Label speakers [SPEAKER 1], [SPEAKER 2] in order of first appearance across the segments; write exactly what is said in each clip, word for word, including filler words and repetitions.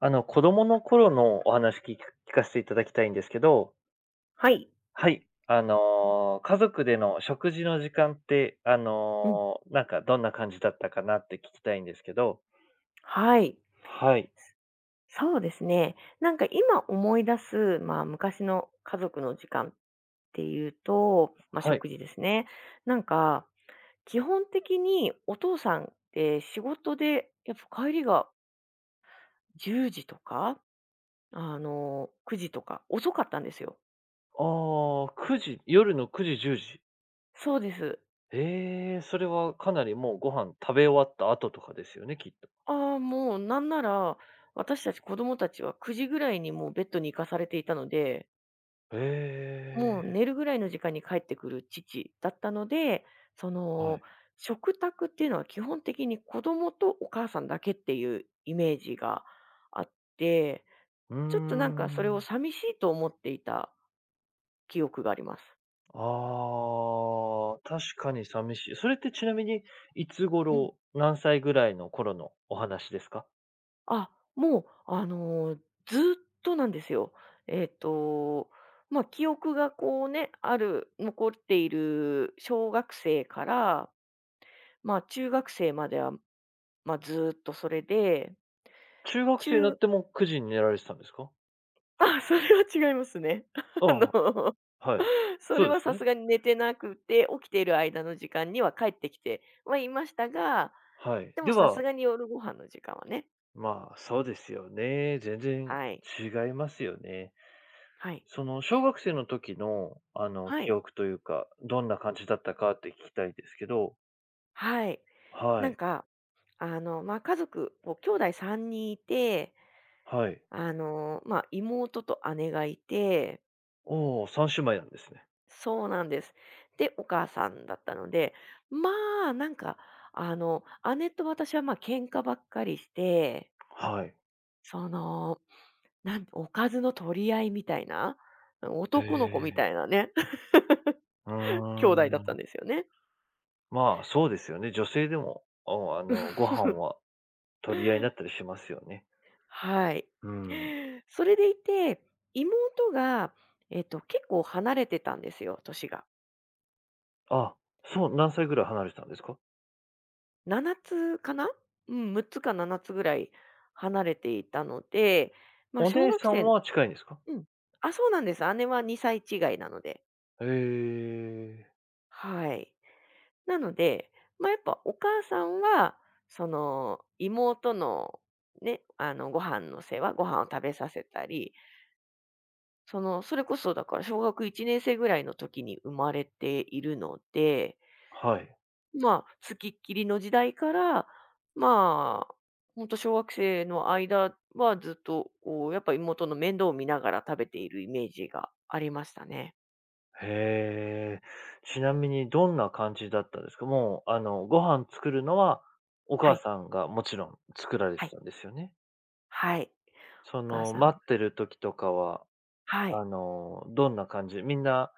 [SPEAKER 1] あの、子供の頃のお話聞か聞かせていただきたいんですけど、
[SPEAKER 2] はい。
[SPEAKER 1] はい。あの、家族での食事の時間って、あ
[SPEAKER 2] うん。
[SPEAKER 1] の、なんかどんな感じだったかなって聞きたいんですけど。
[SPEAKER 2] はい。
[SPEAKER 1] はい。
[SPEAKER 2] そうですね。なんか今思い出す、まあ昔の家族の時間っていうと、まあ
[SPEAKER 1] はい。
[SPEAKER 2] 食事ですね。なんか、基本的にお父さんって仕事で、やっぱ帰りがじゅうじとか、あの、くじとか遅かったんですよ。
[SPEAKER 1] ああ、くじ夜のくじ、じゅうじ。
[SPEAKER 2] そうです。
[SPEAKER 1] ええ、それはかなりもうご飯食べ終わった後とかですよね、きっと。
[SPEAKER 2] ああ、もうなんなら、私たち子供たちはくじぐらいにもうベッドに行かされていたので、
[SPEAKER 1] へ
[SPEAKER 2] もう寝
[SPEAKER 1] え、
[SPEAKER 2] るぐらいの時間に帰ってくる父だったので、そ
[SPEAKER 1] は
[SPEAKER 2] の、
[SPEAKER 1] い。
[SPEAKER 2] 食卓っていうのは基本的に子供とお母さんだけっていうイメージがあって、
[SPEAKER 1] うー
[SPEAKER 2] ちょっとなんかそれを
[SPEAKER 1] ん。
[SPEAKER 2] 寂しいと思っていた記憶があります。
[SPEAKER 1] ああ、確かに寂しい。それってちなみに、いつ
[SPEAKER 2] うん。
[SPEAKER 1] 頃、何歳ぐらいの頃のお話ですか？
[SPEAKER 2] あ、もう、あの、ずーっとなんですよ。えっと、まあ、記憶がこうね、ある、残っている小学生から、まあ、中学生までは、まあ、ずーっとそれで、
[SPEAKER 1] 中学生にな
[SPEAKER 2] 中
[SPEAKER 1] ってもくじに寝られてたんですか？
[SPEAKER 2] あ、それは違いますね。
[SPEAKER 1] あ
[SPEAKER 2] あ
[SPEAKER 1] あ、
[SPEAKER 2] の、
[SPEAKER 1] はい。
[SPEAKER 2] そ
[SPEAKER 1] そ
[SPEAKER 2] れ
[SPEAKER 1] うで
[SPEAKER 2] は
[SPEAKER 1] す
[SPEAKER 2] さ
[SPEAKER 1] よね。
[SPEAKER 2] すがに寝てなくて、起きている間の時間には帰ってきてはいましたが、
[SPEAKER 1] はい。
[SPEAKER 2] で
[SPEAKER 1] で
[SPEAKER 2] もさす
[SPEAKER 1] は、
[SPEAKER 2] がに夜ご飯の時間はね、
[SPEAKER 1] まあ、そうですよね。全然
[SPEAKER 2] はい。
[SPEAKER 1] 違いますよね。
[SPEAKER 2] はい。
[SPEAKER 1] その、小学生の時の、あの、
[SPEAKER 2] は
[SPEAKER 1] 記
[SPEAKER 2] い。
[SPEAKER 1] 憶というか、どんな感じだったかって聞きたいですけど。
[SPEAKER 2] はい。
[SPEAKER 1] は
[SPEAKER 2] なん
[SPEAKER 1] い、
[SPEAKER 2] か、あの、まあ、家族、こう、兄弟さんにんいて、
[SPEAKER 1] はい。
[SPEAKER 2] あの、まあ、妹と姉がいて
[SPEAKER 1] おお、さん姉妹なんですね。
[SPEAKER 2] そうなんです。で、お母さんだったので、まあ、なんか、あの、姉と私は、まあ、喧嘩ばっかりして
[SPEAKER 1] はい。
[SPEAKER 2] その、なんおかずの取り合いみたいな、
[SPEAKER 1] へ
[SPEAKER 2] 男の子みた
[SPEAKER 1] え。
[SPEAKER 2] いなね、
[SPEAKER 1] う
[SPEAKER 2] 兄
[SPEAKER 1] ー
[SPEAKER 2] 弟だったん
[SPEAKER 1] ん。
[SPEAKER 2] ですよね。
[SPEAKER 1] まあ、そうですよね。女性でも、ああの、ご飯 は取り合いになったりしますよね。
[SPEAKER 2] はい。
[SPEAKER 1] うん。
[SPEAKER 2] それでいて、妹が、えっと、結構離れてたんですよ、年が。
[SPEAKER 1] あ、そう、何歳ぐらい離れてたんですか？
[SPEAKER 2] ななつかなうん、むっつかななつぐらい離れていたので、まあ、
[SPEAKER 1] お
[SPEAKER 2] 小
[SPEAKER 1] 姉
[SPEAKER 2] 学
[SPEAKER 1] さん
[SPEAKER 2] 生
[SPEAKER 1] は近いんですか？
[SPEAKER 2] うん。あ、そうなんです。姉はにさい違いなので。
[SPEAKER 1] ええ。
[SPEAKER 2] はい。なので、まあ、やっぱお母さんは、その、妹のね、あの、ご飯の世話ご飯を食べさせたり、その、それこそだから小学いちねん生ぐらいの時に生まれているので、
[SPEAKER 1] はい。
[SPEAKER 2] まあ、付きっきりの時代から、まあ、ほんと小学生の間はずっと、こう、やっぱ妹の面倒を見ながら食べているイメージがありましたね。
[SPEAKER 1] へえ。ちなみにどんな感じだったんですか？もう、あの、ご飯作るのはお
[SPEAKER 2] は
[SPEAKER 1] 母
[SPEAKER 2] い、
[SPEAKER 1] さんがもちろん作られて
[SPEAKER 2] はい、
[SPEAKER 1] たんですよね？
[SPEAKER 2] はい。お
[SPEAKER 1] そ
[SPEAKER 2] 母
[SPEAKER 1] の、
[SPEAKER 2] さん
[SPEAKER 1] 待ってる時とかは
[SPEAKER 2] は
[SPEAKER 1] あ
[SPEAKER 2] い。
[SPEAKER 1] の、どんな感じ？みんな、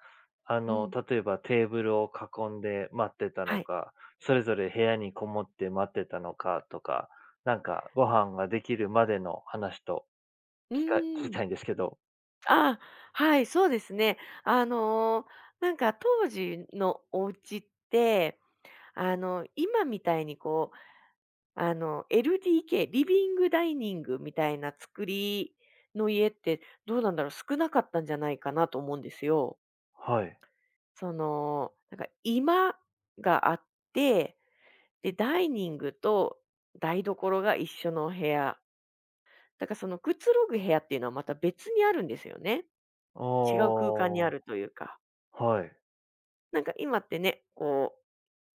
[SPEAKER 1] あ
[SPEAKER 2] う
[SPEAKER 1] の、
[SPEAKER 2] ん。
[SPEAKER 1] 例えばテーブルを囲んで待ってたの
[SPEAKER 2] はい。
[SPEAKER 1] か、それぞれ部屋にこもって待ってたのかとか、なんかご飯ができるまでの話と
[SPEAKER 2] う
[SPEAKER 1] きか
[SPEAKER 2] ー
[SPEAKER 1] 聞き
[SPEAKER 2] ん。
[SPEAKER 1] たいんですけど。
[SPEAKER 2] ああ、はい、そうですね。あの、なんか当時のお家って、あの、今みたいにこう、あの、エルディーケー、リビングダイニングみたいな作りの家って、どうなんだろう、少なかったんじゃないかなと思うんですよ。
[SPEAKER 1] はい。
[SPEAKER 2] その、なんか居間があって、で、ダイニングと台所が一緒の部屋。だからそのくつろぐ部屋っていうのはまた別にあるんですよね。違う空間にあ
[SPEAKER 1] お
[SPEAKER 2] るというか。
[SPEAKER 1] ー、はい。
[SPEAKER 2] なんか今ってね、こう、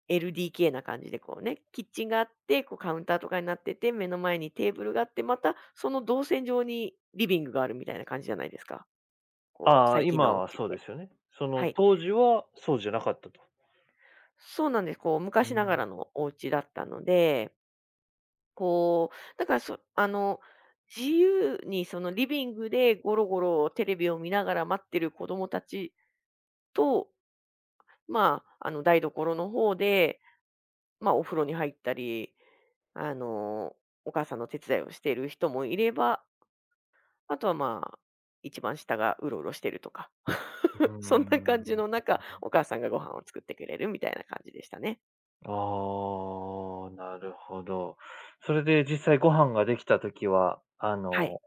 [SPEAKER 2] エルディーケー な感じでこうね、キッチンがあって、こうカウンターとかになってて、目の前にテーブルがあって、またその動線上にリビングがあるみたいな感じじゃないですか。こう、
[SPEAKER 1] ああ、
[SPEAKER 2] 最近の
[SPEAKER 1] 今
[SPEAKER 2] お
[SPEAKER 1] は
[SPEAKER 2] 家っ
[SPEAKER 1] そう
[SPEAKER 2] て。
[SPEAKER 1] ですよね。そ
[SPEAKER 2] は
[SPEAKER 1] の
[SPEAKER 2] い。
[SPEAKER 1] 当時はそうじゃなかったと。
[SPEAKER 2] そうなんです。こう、
[SPEAKER 1] う
[SPEAKER 2] 昔なが
[SPEAKER 1] ん、
[SPEAKER 2] らのお家だったので、こう、だからそ、あの、自由にそのリビングでゴロゴロテレビを見ながら待ってる子供たちと、まあ、あの台所の方で、まあお風呂に入ったり、あの、お母さんの手伝いをしている人もいれば、あとは、まあ、一番下がうろうろしてるとか。
[SPEAKER 1] う
[SPEAKER 2] そんな
[SPEAKER 1] ー
[SPEAKER 2] 感じの
[SPEAKER 1] ん。
[SPEAKER 2] 中、お母さんがご飯を作ってくれるみたいな感じでしたね。
[SPEAKER 1] ああ、なるほど。それで実際ご飯ができた時は、あ
[SPEAKER 2] はい。
[SPEAKER 1] の、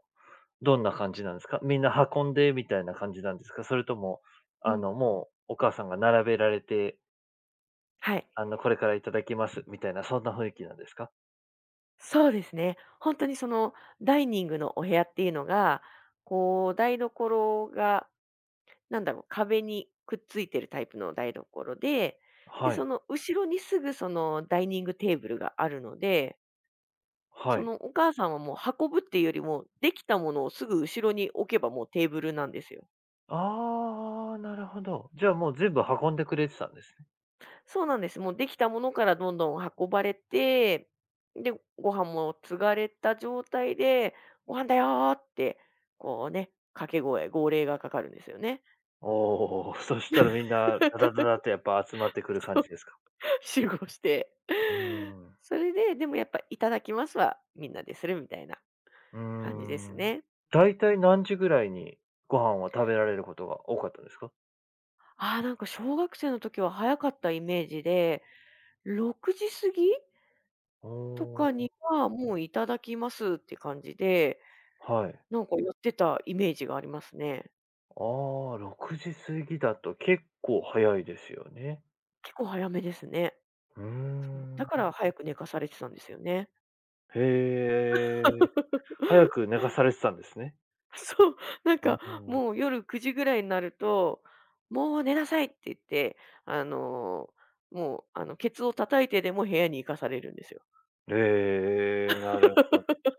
[SPEAKER 1] どんな感じなんですか？みんな運んでみたいな感じなんですか？それとも、
[SPEAKER 2] う
[SPEAKER 1] あ
[SPEAKER 2] ん。
[SPEAKER 1] の、もうお母さんが並べられて、
[SPEAKER 2] はい。
[SPEAKER 1] あの、これからいただきますみたいな、そんな雰囲気なんですか？
[SPEAKER 2] そうですね。本当にそのダイニングのお部屋っていうのが、こう台所が、なんだろう、壁にくっついてるタイプの台所で、で、
[SPEAKER 1] は
[SPEAKER 2] そ
[SPEAKER 1] い、
[SPEAKER 2] の後ろにすぐそのダイニングテーブルがあるので
[SPEAKER 1] は
[SPEAKER 2] そ
[SPEAKER 1] い。
[SPEAKER 2] のお母さんはもう運ぶっていうよりも、できたものをすぐ後ろに置けばもうテーブルなんですよ。
[SPEAKER 1] ああ、なるほど。じゃあ、もう全部運んでくれてたんですね。
[SPEAKER 2] そうなんです。もうできたものからどんどん運ばれて、で、ご飯も継がれた状態で、ご飯だよーって、こうね、掛け声、号令がかかるんですよね。
[SPEAKER 1] おお、そしたらみんなダダダダとやっぱ集まってくる感じですか？
[SPEAKER 2] 集合して。
[SPEAKER 1] う
[SPEAKER 2] それで、でもやっぱいただきますはみんなでするみたいな
[SPEAKER 1] ー
[SPEAKER 2] 感じで
[SPEAKER 1] ん、
[SPEAKER 2] す
[SPEAKER 1] うーん。
[SPEAKER 2] ね。
[SPEAKER 1] だいたい何時ぐらいにご飯は食べられることが多かったんですか？
[SPEAKER 2] ああ、なんか小学生の時は早かったイメージで、ろくじ過ぎとか
[SPEAKER 1] お
[SPEAKER 2] には、もういただきますって感じで、
[SPEAKER 1] ー、はい。
[SPEAKER 2] なんかやってたイメージがありますね。
[SPEAKER 1] ああ、ろくじ過ぎだと結構早いですよね。
[SPEAKER 2] 結構早めですね。
[SPEAKER 1] うー
[SPEAKER 2] その、だか
[SPEAKER 1] ん。
[SPEAKER 2] ら早く寝かされてたんですよね。
[SPEAKER 1] へえ、早く寝かされてたんですね。
[SPEAKER 2] そう、なん
[SPEAKER 1] う
[SPEAKER 2] かもう
[SPEAKER 1] ん。
[SPEAKER 2] 夜くじぐらいになると、もう寝なさいって言って、あの、もうあの、ケツを叩いてでも部屋に行かされるんですよ。
[SPEAKER 1] ええ、なるほど。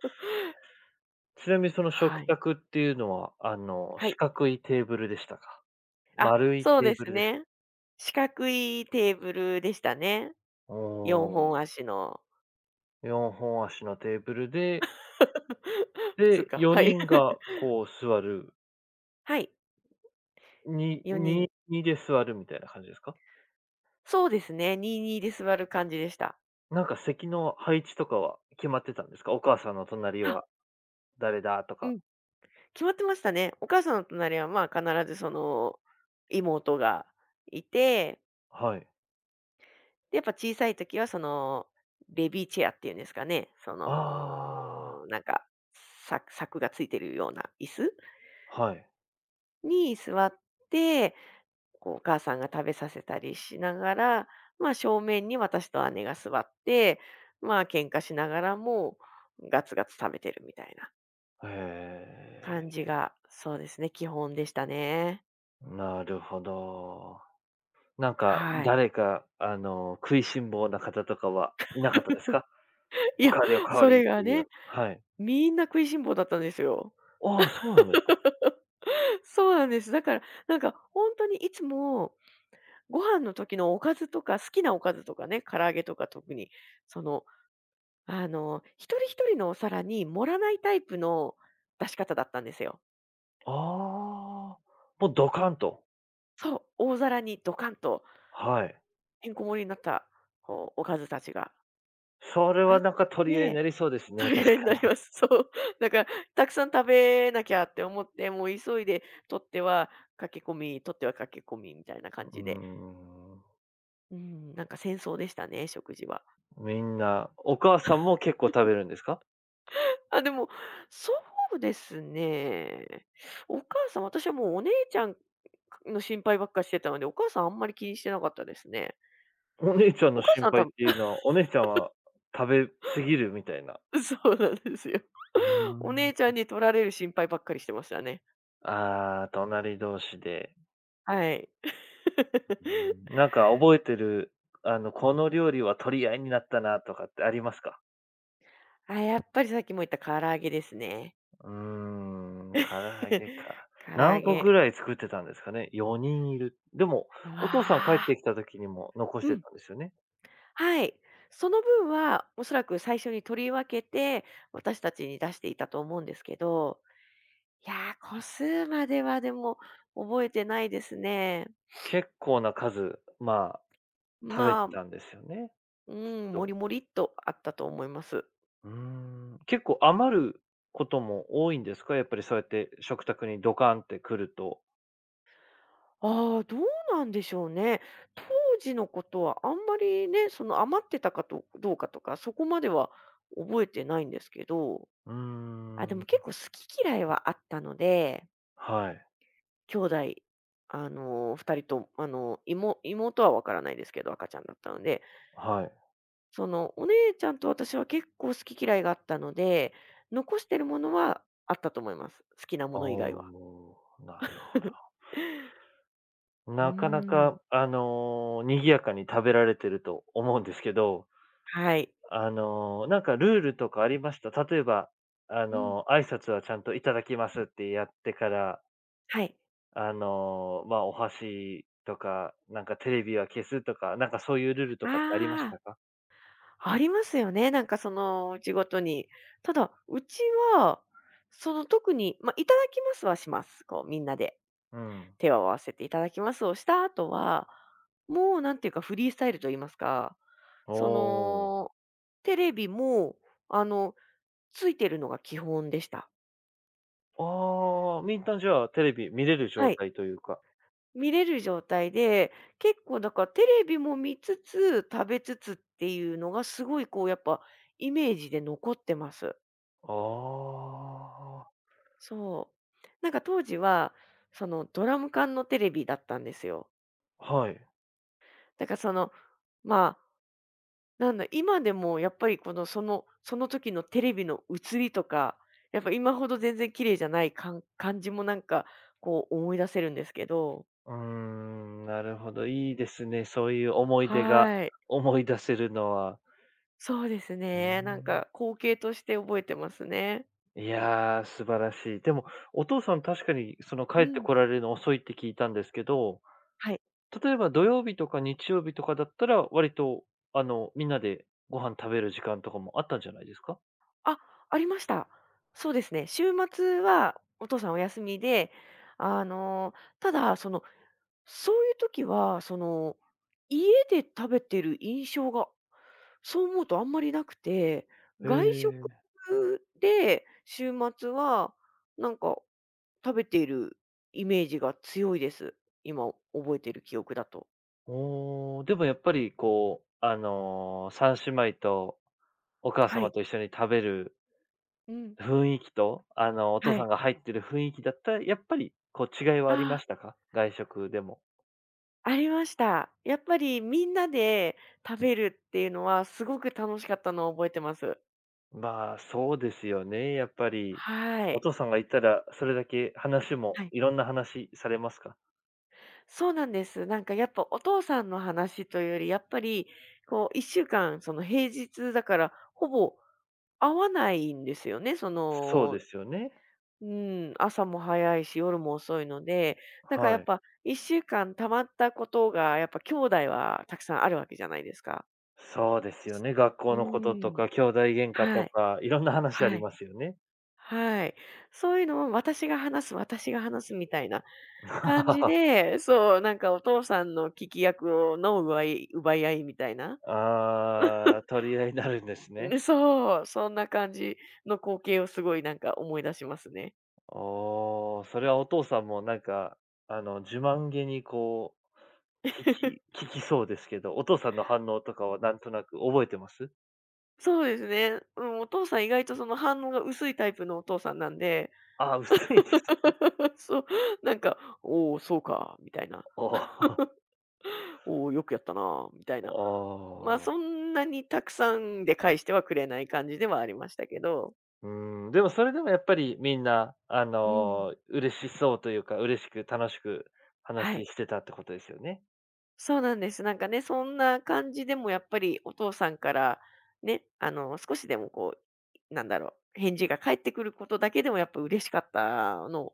[SPEAKER 1] ちなみにその
[SPEAKER 2] は
[SPEAKER 1] 食
[SPEAKER 2] い。
[SPEAKER 1] 卓っていうのは、あの、
[SPEAKER 2] は
[SPEAKER 1] 四
[SPEAKER 2] い。
[SPEAKER 1] 角いテーブルでしたか？
[SPEAKER 2] あ、
[SPEAKER 1] 丸い
[SPEAKER 2] そう
[SPEAKER 1] テー
[SPEAKER 2] で
[SPEAKER 1] ブ
[SPEAKER 2] す
[SPEAKER 1] ルですか？
[SPEAKER 2] ね。四角いテーブルでしたね。
[SPEAKER 1] お
[SPEAKER 2] 4
[SPEAKER 1] お、
[SPEAKER 2] 本足の。
[SPEAKER 1] よんほん足のテーブルで、
[SPEAKER 2] 普通
[SPEAKER 1] で、
[SPEAKER 2] か、はい。
[SPEAKER 1] よにんがこう座る、
[SPEAKER 2] はい、
[SPEAKER 1] に
[SPEAKER 2] 4
[SPEAKER 1] に
[SPEAKER 2] 人
[SPEAKER 1] にで座るみたいな感じですか？
[SPEAKER 2] そうですね、にたいにで座る感じでした。
[SPEAKER 1] なんか席の配置とかは決まってたんですか？お母さんの隣
[SPEAKER 2] あ、
[SPEAKER 1] は誰だと
[SPEAKER 2] う
[SPEAKER 1] か。
[SPEAKER 2] ん。決まってましたね。お母さんの隣は、まあ、必ずその、妹がいて、
[SPEAKER 1] はい。
[SPEAKER 2] で、やっぱ小さい時はその、ベビーチェアっていうんですかね、そ
[SPEAKER 1] ああ、
[SPEAKER 2] の、なんか、柵柵がついてるような椅子
[SPEAKER 1] はい。
[SPEAKER 2] に座って、こうお母さんが食べさせたりしながら、まあ、正面に私と姉が座って、まあ、喧嘩しながらもガツガツ食べてるみたいな。
[SPEAKER 1] へ
[SPEAKER 2] 感じ
[SPEAKER 1] え、
[SPEAKER 2] が、そうですね、基本でしたね。
[SPEAKER 1] なるほど。なんか、
[SPEAKER 2] はい。
[SPEAKER 1] 誰か、あの、食いしん坊な方とかはいなかったですか？
[SPEAKER 2] い
[SPEAKER 1] おか
[SPEAKER 2] や、
[SPEAKER 1] わりおかわ
[SPEAKER 2] そ
[SPEAKER 1] り
[SPEAKER 2] れ
[SPEAKER 1] って
[SPEAKER 2] が
[SPEAKER 1] いうよう
[SPEAKER 2] ね、
[SPEAKER 1] な、はい。
[SPEAKER 2] みんな食いしん坊だったんですよ。
[SPEAKER 1] ああ、そうなんですか。
[SPEAKER 2] そうなんです。だから、なんか本当にいつも、ご飯の時のおかずとか、好きなおかずとかね、唐揚げとか特に、その、あの、一人一人のお皿に盛らないタイプの出し方だったんですよ。
[SPEAKER 1] ああ、もうドカンと。
[SPEAKER 2] そう、大皿にドカンと
[SPEAKER 1] はい。
[SPEAKER 2] てんこ盛りになった、こう、おかずたちが
[SPEAKER 1] それ
[SPEAKER 2] あ
[SPEAKER 1] は
[SPEAKER 2] っ
[SPEAKER 1] なんか取り合いにな
[SPEAKER 2] て
[SPEAKER 1] りそうですね、
[SPEAKER 2] 取
[SPEAKER 1] 確
[SPEAKER 2] り合いになり
[SPEAKER 1] かに。
[SPEAKER 2] ます。そう。だから、たくさん食べなきゃって思って、もう急いで取っては駆け込み、取っては駆け込みみたいな感
[SPEAKER 1] うー
[SPEAKER 2] じで、
[SPEAKER 1] ん、
[SPEAKER 2] うん、なんか戦争でしたね、食事は。
[SPEAKER 1] みんな、お母さんも結構食べるんですか？
[SPEAKER 2] あ、でも、そうですね。お母さん、私はもうお姉ちゃんの心配ばっかしてたので、お母さんあんまり気にしてなかったですね。
[SPEAKER 1] お姉ちゃんの
[SPEAKER 2] お母さ
[SPEAKER 1] 心
[SPEAKER 2] んは多
[SPEAKER 1] 配
[SPEAKER 2] 分
[SPEAKER 1] っていうのは、お姉ちゃんは食べ過ぎるみたいな、
[SPEAKER 2] そうなんですよ。
[SPEAKER 1] うー
[SPEAKER 2] お姉ちゃ
[SPEAKER 1] ん。
[SPEAKER 2] んに取られる心配ばっかりしてましたね。
[SPEAKER 1] ああ、隣同士で。
[SPEAKER 2] はい。
[SPEAKER 1] う ーん。なんか覚えてる、あの、この料理は取り合いになったなとかってありますか？
[SPEAKER 2] あ、やっぱりさっきも言った唐揚げですね。
[SPEAKER 1] うーん、唐揚げか。
[SPEAKER 2] 唐揚
[SPEAKER 1] 何個
[SPEAKER 2] げ。
[SPEAKER 1] ぐらい作ってたんですかね？よにんいる。でも、
[SPEAKER 2] う
[SPEAKER 1] お父さん
[SPEAKER 2] わ
[SPEAKER 1] 帰っ
[SPEAKER 2] あ。
[SPEAKER 1] てきた時にも残し
[SPEAKER 2] う
[SPEAKER 1] て
[SPEAKER 2] ん。
[SPEAKER 1] たんですよね？
[SPEAKER 2] はい。その分は、おそらく最初に取り分けて、私たちに出していたと思うんですけど、いやー、個数まではでも覚えてないですね。
[SPEAKER 1] 結構な数、まあ、食べて
[SPEAKER 2] まあ、
[SPEAKER 1] たんですよね、
[SPEAKER 2] う
[SPEAKER 1] きっ
[SPEAKER 2] ん、も
[SPEAKER 1] と。
[SPEAKER 2] りもりっとあったと思います。
[SPEAKER 1] うーん。結構余ることも多いんですか？やっぱりそうやって食卓にドカンって来ると。
[SPEAKER 2] ああ、どうなんでしょうね。当時のことはあんまりね、その余ってたかとどうかとか、そこまでは覚えてないんですけど、
[SPEAKER 1] うー
[SPEAKER 2] あ、でも
[SPEAKER 1] ん、
[SPEAKER 2] 結構好き嫌いはあったので
[SPEAKER 1] はい。
[SPEAKER 2] 兄弟、あのー、ふたりと、あのー、い妹妹は分からないですけど、赤ちゃんだったので、
[SPEAKER 1] はい。
[SPEAKER 2] その、お姉ちゃんと私は結構好き嫌いがあったので、残してるものはあったと思います。好きなもの以外は。
[SPEAKER 1] おあ、なるほど。
[SPEAKER 2] うー
[SPEAKER 1] なかな
[SPEAKER 2] ん。
[SPEAKER 1] か、あの、賑やかに食べられてると思うんですけど、
[SPEAKER 2] はい。
[SPEAKER 1] あの、なんかルールとかありました？例えば、あ
[SPEAKER 2] うん。
[SPEAKER 1] の、挨拶はちゃんといただきますってやってから、
[SPEAKER 2] はい。
[SPEAKER 1] あの、まあ、お箸とか、なんかテレビは消すとか、なんかそういうルールとかってありまし
[SPEAKER 2] ああ、
[SPEAKER 1] たか？
[SPEAKER 2] ありますよね、なんかその、うちごとに。ただ、うちは、その、特に、まあ、いただきますはします、こうみんなで。
[SPEAKER 1] うん。
[SPEAKER 2] 手を合わせていただきますをした後は、もうなんていうかフリースタイルと言いますか、
[SPEAKER 1] お
[SPEAKER 2] そ
[SPEAKER 1] お。
[SPEAKER 2] の、テレビも、あの、ついてるのが基本でした。
[SPEAKER 1] ああ、みんなじゃあテレビ見れる
[SPEAKER 2] は
[SPEAKER 1] 状
[SPEAKER 2] い。
[SPEAKER 1] 態というか。
[SPEAKER 2] 見れる状態で、結構だからテレビも見つつ、食べつつっていうのがすごいこうやっぱイメージで残ってます。
[SPEAKER 1] ああ、
[SPEAKER 2] そう。なんか当時は、そのドラム缶のテレビだったんですよ。
[SPEAKER 1] はい。
[SPEAKER 2] だからその、まあなんだ、今でもやっぱりこの、そのその時のテレビの映りとか、やっぱ今ほど全然綺麗じゃないかん感じもなんか、こう思い出せるんですけど。
[SPEAKER 1] うーん、なるほど、いいですね、そういう思い出が
[SPEAKER 2] はい。
[SPEAKER 1] 思い出せるのは。
[SPEAKER 2] そうです
[SPEAKER 1] うー
[SPEAKER 2] ね。なん
[SPEAKER 1] ん。
[SPEAKER 2] か光景として覚えてますね。
[SPEAKER 1] いやー、素晴らしい。でも、お父さん確かにその帰
[SPEAKER 2] う
[SPEAKER 1] って
[SPEAKER 2] ん。
[SPEAKER 1] こられるの遅いって聞いたんですけど、
[SPEAKER 2] はい。
[SPEAKER 1] 例えば土曜日とか日曜日とかだったら、割とあの、みんなでご飯食べる時間とかもあったんじゃないですか？
[SPEAKER 2] あ、ありました。そうですね。週末はお父さんお休みで、あの、ただ、その、そういう時は、その、家で食べてる印象がそう思うとあんまりなくて、
[SPEAKER 1] へ
[SPEAKER 2] 外食
[SPEAKER 1] え、
[SPEAKER 2] で週末は、なんか食べているイメージが強いです。今覚えている記憶だと。
[SPEAKER 1] おー、でもやっぱりこう、あの、さんしまいとお母
[SPEAKER 2] は
[SPEAKER 1] 様
[SPEAKER 2] い。
[SPEAKER 1] と一緒に食べる
[SPEAKER 2] うん。
[SPEAKER 1] 雰囲気と、あの、お父
[SPEAKER 2] は
[SPEAKER 1] さ
[SPEAKER 2] い。
[SPEAKER 1] んが入ってる雰囲気だったら、やっぱり、こう、違いは
[SPEAKER 2] あ
[SPEAKER 1] ありま
[SPEAKER 2] あ、
[SPEAKER 1] したか？外食でも。
[SPEAKER 2] ありました。やっぱりみんなで食べるっていうのはすごく楽しかったのを覚えてます。
[SPEAKER 1] まあ、そうですよね、やっぱり。
[SPEAKER 2] は
[SPEAKER 1] お
[SPEAKER 2] い。
[SPEAKER 1] 父さんがいたら、それだけ話も
[SPEAKER 2] はい。
[SPEAKER 1] いろんな話されますか？
[SPEAKER 2] そうなんです。なんかやっぱお父さんの話というより、やっぱりこういっしゅうかんその平日だから、ほぼ合わないんですよね、そ
[SPEAKER 1] そう
[SPEAKER 2] の、
[SPEAKER 1] ですよね。
[SPEAKER 2] うん、朝も早いし、夜も遅いので、だからや
[SPEAKER 1] は
[SPEAKER 2] っ
[SPEAKER 1] い。
[SPEAKER 2] ぱいっしゅうかん溜まったことが、やっぱ兄弟はたくさんあるわけじゃないですか。
[SPEAKER 1] そうですよね、学校
[SPEAKER 2] う
[SPEAKER 1] のこと
[SPEAKER 2] ー
[SPEAKER 1] と
[SPEAKER 2] ん。
[SPEAKER 1] か、兄弟喧嘩
[SPEAKER 2] は
[SPEAKER 1] と
[SPEAKER 2] い、
[SPEAKER 1] か、いろんな話あ
[SPEAKER 2] は
[SPEAKER 1] り
[SPEAKER 2] い、
[SPEAKER 1] ますよね。
[SPEAKER 2] はい。そういうのを私が話す、私が話すみたいな感じ
[SPEAKER 1] あ
[SPEAKER 2] で、そう、なんかお父さんの聞き役をの奪い奪い合いみたいな。
[SPEAKER 1] あ、取り合いになるんです
[SPEAKER 2] う
[SPEAKER 1] ね。
[SPEAKER 2] ん、そう、そんな感じの光景をすごいなんか思い出しますね。
[SPEAKER 1] おお、それはお父さんもなんか、あの、自慢げにこう聞き 聞きそうですけど、お父さんの反応とかはなんとなく覚えてます？
[SPEAKER 2] そうですね。うん、お父さん意外とその反応が薄いタイプのお父さんなんで、
[SPEAKER 1] ああ、薄いんです。
[SPEAKER 2] そう、なんか、おお、そうか、みたいな。
[SPEAKER 1] ああ、
[SPEAKER 2] おお、よくやったな、みたいな。まあ、そんなにたくさんで返してはくれない感じではありましたけど。
[SPEAKER 1] うん、でもそれでもやっぱりみんな、あ
[SPEAKER 2] うん。
[SPEAKER 1] の、嬉しそうというか、嬉しく楽しく
[SPEAKER 2] は
[SPEAKER 1] 話
[SPEAKER 2] い。
[SPEAKER 1] してたってことですよね？
[SPEAKER 2] そうなんです。なんかね、そんな感じでもやっぱりお父さんから、ね、あの、少しでもこう、なんだろう、返事が返ってくることだけでもやっぱ嬉しかったの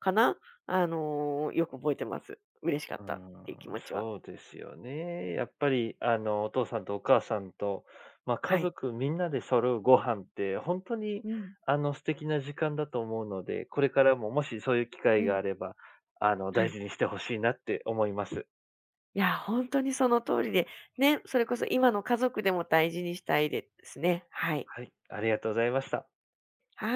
[SPEAKER 2] かなあの、よく覚えてます。嬉しか
[SPEAKER 1] う
[SPEAKER 2] っ
[SPEAKER 1] ー
[SPEAKER 2] たっ
[SPEAKER 1] ん、
[SPEAKER 2] ていう気持ちは。
[SPEAKER 1] そうですよね。やっぱり、あの、お父さんとお母さんと、まあ、
[SPEAKER 2] は
[SPEAKER 1] 家
[SPEAKER 2] い。
[SPEAKER 1] 族みんなで揃うご飯って、本当に、
[SPEAKER 2] うん、
[SPEAKER 1] あの、素敵な時間だと思うので、これからももしそういう機
[SPEAKER 2] う
[SPEAKER 1] 会が
[SPEAKER 2] ん。
[SPEAKER 1] あれば、あの、
[SPEAKER 2] は
[SPEAKER 1] 大
[SPEAKER 2] い。
[SPEAKER 1] 事にしてほしいなって思います。
[SPEAKER 2] いや、本当にその通りで、ね、それこそ今の家族でも大事にしたいですね。はい。
[SPEAKER 1] はい、ありがとうございました。
[SPEAKER 2] はい。